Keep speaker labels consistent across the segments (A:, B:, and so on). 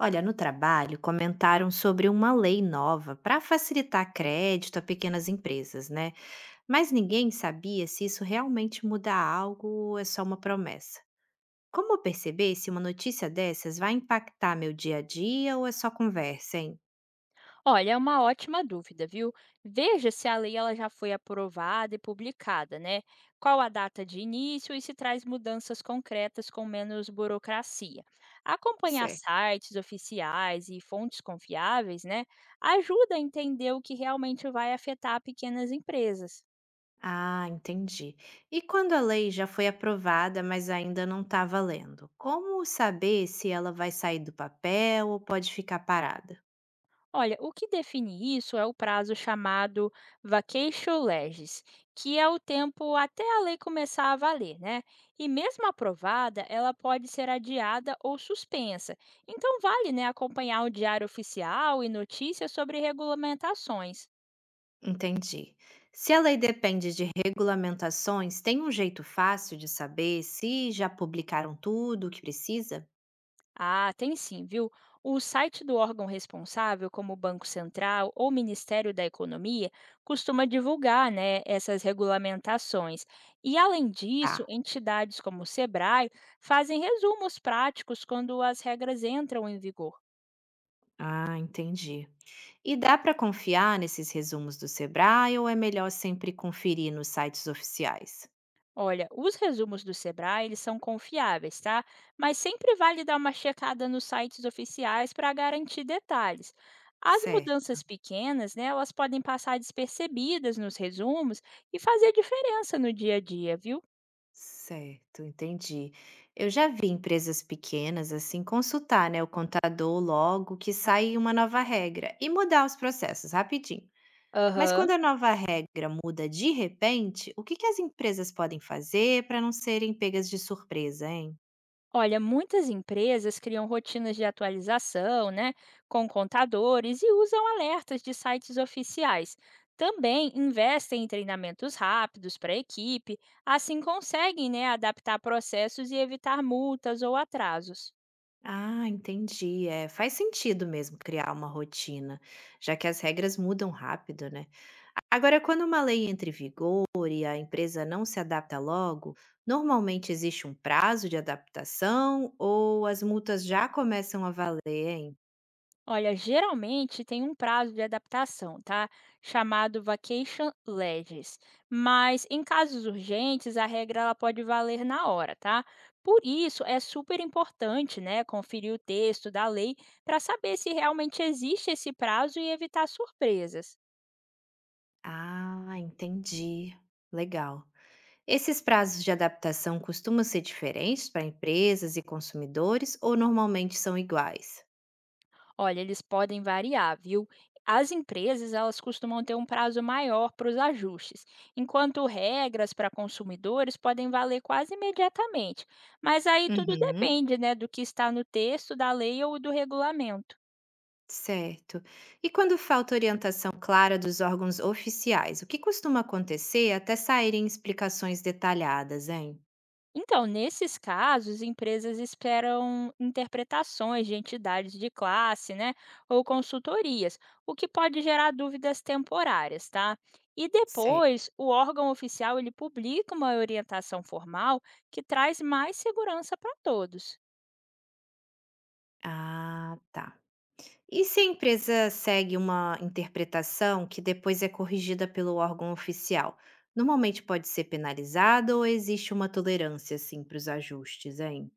A: Olha, no trabalho comentaram sobre uma lei nova para facilitar crédito a pequenas empresas, né? Mas ninguém sabia se isso realmente muda algo ou é só uma promessa. Como perceber se uma notícia dessas vai impactar meu dia a dia ou é só conversa, hein?
B: Olha, é uma ótima dúvida, viu? Veja se a lei ela já foi aprovada e publicada, né? Qual a data de início e se traz mudanças concretas com menos burocracia. Acompanhar
A: Certo.
B: sites oficiais e fontes confiáveis, né? Ajuda a entender o que realmente vai afetar pequenas empresas.
A: Ah, entendi. E quando a lei já foi aprovada, mas ainda não está valendo, como saber se ela vai sair do papel ou pode ficar parada?
B: Olha, o que define isso é o prazo chamado vacatio legis, que é o tempo até a lei começar a valer, né? E mesmo aprovada, ela pode ser adiada ou suspensa. Então vale, né, acompanhar o diário oficial e notícias sobre regulamentações.
A: Entendi. Se a lei depende de regulamentações, tem um jeito fácil de saber se já publicaram tudo o que precisa?
B: Ah, tem sim, viu? O site do órgão responsável, como o Banco Central ou Ministério da Economia, costuma divulgar, né, essas regulamentações. E, além disso,
A: Tá.
B: entidades como o SEBRAE fazem resumos práticos quando as regras entram em vigor.
A: Ah, entendi. E dá para confiar nesses resumos do Sebrae ou é melhor sempre conferir nos sites oficiais?
B: Olha, os resumos do Sebrae, eles são confiáveis, tá? Mas sempre vale dar uma checada nos sites oficiais para garantir detalhes. As
A: Certo,
B: mudanças pequenas, né, elas podem passar despercebidas nos resumos e fazer diferença no dia a dia, viu?
A: certo, entendi. Eu já vi empresas pequenas assim consultar, né, o contador logo que sai uma nova regra e mudar os processos rapidinho. Mas quando
B: Aham.
A: a nova regra muda de repente, o que que as empresas podem fazer para não serem pegas de surpresa, hein?
B: Olha, muitas empresas criam rotinas de atualização, né, com contadores e usam alertas de sites oficiais. Também investem em treinamentos rápidos para a equipe, assim conseguem né, adaptar processos e evitar multas ou atrasos.
A: Ah, entendi. É, faz sentido mesmo criar uma rotina, já que as regras mudam rápido, né? Agora, quando uma lei entra em vigor e a empresa não se adapta logo, normalmente existe um prazo de adaptação ou as multas já começam a valer, hein?
B: Olha, geralmente tem um prazo de adaptação, tá? Chamado vacation legis. Mas em casos urgentes, a regra ela pode valer na hora, tá? Por isso é super importante, né, conferir o texto da lei para saber se realmente existe esse prazo e evitar surpresas.
A: Ah, entendi. Legal. Esses prazos de adaptação costumam ser diferentes para empresas e consumidores ou normalmente são iguais?
B: Olha, eles podem variar, viu? As empresas, elas costumam ter um prazo maior para os ajustes, enquanto regras para consumidores podem valer quase imediatamente. Mas aí tudo
A: Uhum,
B: depende, né, do que está no texto da lei ou do regulamento.
A: certo. E quando falta orientação clara dos órgãos oficiais, o que costuma acontecer até saírem explicações detalhadas, hein?
B: Então, nesses casos, empresas esperam interpretações de entidades de classe, né, ou consultorias, o que pode gerar dúvidas temporárias, tá? E
A: Certo.
B: depois, o órgão oficial ele publica uma orientação formal que traz mais segurança para todos.
A: Ah, tá. E se a empresa segue uma interpretação que depois é corrigida pelo órgão oficial? Normalmente pode ser penalizada ou existe uma tolerância, assim, para os ajustes, hein?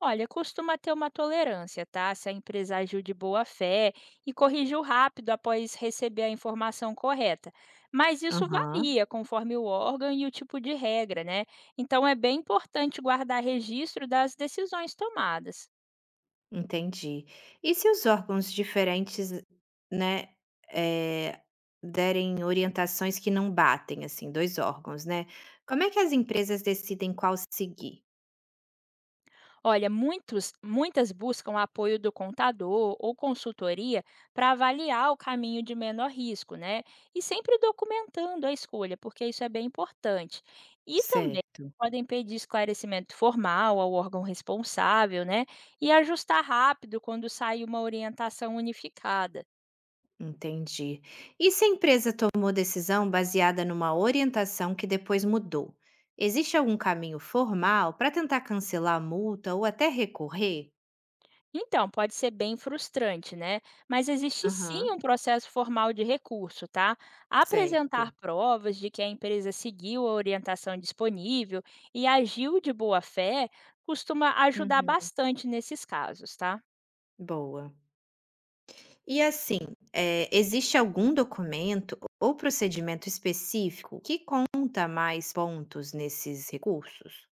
B: Olha, costuma ter uma tolerância, tá? Se a empresa agiu de boa fé e corrigiu rápido após receber a informação correta. Mas isso
A: Aham.
B: varia conforme o órgão e o tipo de regra, né? Então é bem importante guardar registro das decisões tomadas.
A: Entendi. E se os órgãos diferentes, né, eh, derem orientações que não batem, assim, 2 órgãos, né, como é que as empresas decidem qual seguir?
B: Olha, muitos, muitas buscam apoio do contador ou consultoria para avaliar o caminho de menor risco, né? E sempre documentando a escolha, porque isso é bem importante. E também
A: Certo.
B: podem pedir esclarecimento formal ao órgão responsável, né? E ajustar rápido quando sai uma orientação unificada.
A: Entendi. E se a empresa tomou decisão baseada numa orientação que depois mudou, existe algum caminho formal para tentar cancelar a multa ou até recorrer?
B: Então, pode ser bem frustrante, né? Mas existe
A: Aham,
B: sim um processo formal de recurso, tá? Apresentar
A: certo.
B: provas de que a empresa seguiu a orientação disponível e agiu de boa fé costuma ajudar
A: Uhum,
B: bastante nesses casos, tá?
A: boa. E assim, existe algum documento ou procedimento específico que conta mais pontos nesses recursos?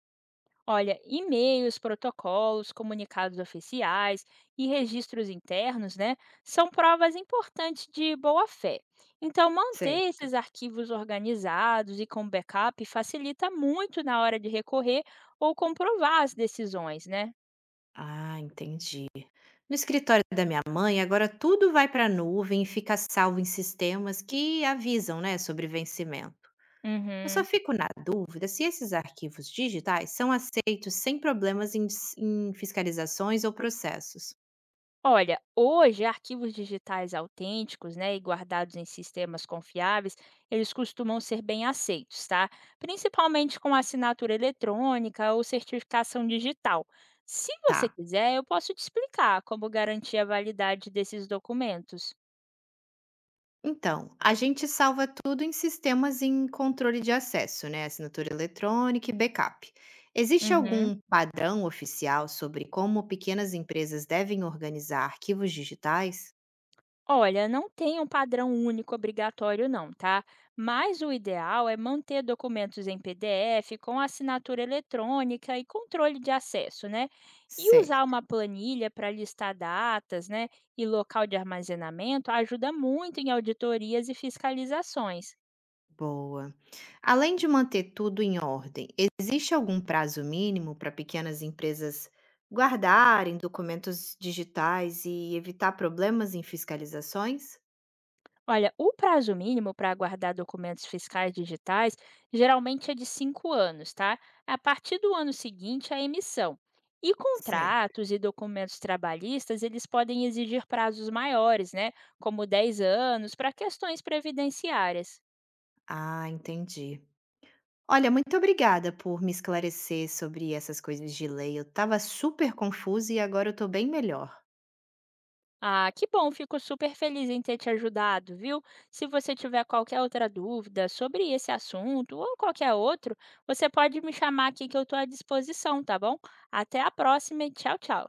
B: Olha, e-mails, protocolos, comunicados oficiais e registros internos, né, são provas importantes de boa-fé. Então, manter esses
A: Certo.
B: arquivos organizados e com backup facilita muito na hora de recorrer ou comprovar as decisões, né?
A: Ah, entendi. No escritório da minha mãe, agora tudo vai para a nuvem e fica salvo em sistemas que avisam, né, sobre vencimento. Eu só
B: Uhum.
A: fico na dúvida se esses arquivos digitais são aceitos sem problemas em fiscalizações ou processos.
B: Olha, hoje arquivos digitais autênticos, né, e guardados em sistemas confiáveis, eles costumam ser bem aceitos, tá? Principalmente com assinatura eletrônica ou certificação digital. Se você
A: Tá.
B: quiser, eu posso te explicar como garantir a validade desses documentos.
A: Então, a gente salva tudo em sistemas em controle de acesso, né? Assinatura eletrônica e backup. Existe
B: Uhum.
A: algum padrão oficial sobre como pequenas empresas devem organizar arquivos digitais?
B: Olha, não tem um padrão único obrigatório não, tá? Mas o ideal é manter documentos em PDF com assinatura eletrônica e controle de acesso, né? E usar
A: Certo,
B: uma planilha para listar datas, né, e local de armazenamento ajuda muito em auditorias e fiscalizações.
A: boa. Além de manter tudo em ordem, existe algum prazo mínimo para pequenas empresas guardarem documentos digitais e evitar problemas em fiscalizações?
B: Olha, o prazo mínimo para guardar documentos fiscais digitais geralmente é de 5 anos, tá? A partir do ano seguinte, à emissão. E
A: Certo.
B: contratos e documentos trabalhistas, eles podem exigir prazos maiores, né? Como 10 anos, para questões previdenciárias.
A: Ah, entendi. Olha, muito obrigada por me esclarecer sobre essas coisas de lei. Eu estava super confusa e agora eu estou bem melhor.
B: Ah, que bom, fico super feliz em ter te ajudado, viu? Se você tiver qualquer outra dúvida sobre esse assunto ou qualquer outro, você pode me chamar aqui que eu estou à disposição, tá bom? Até a próxima e tchau, tchau.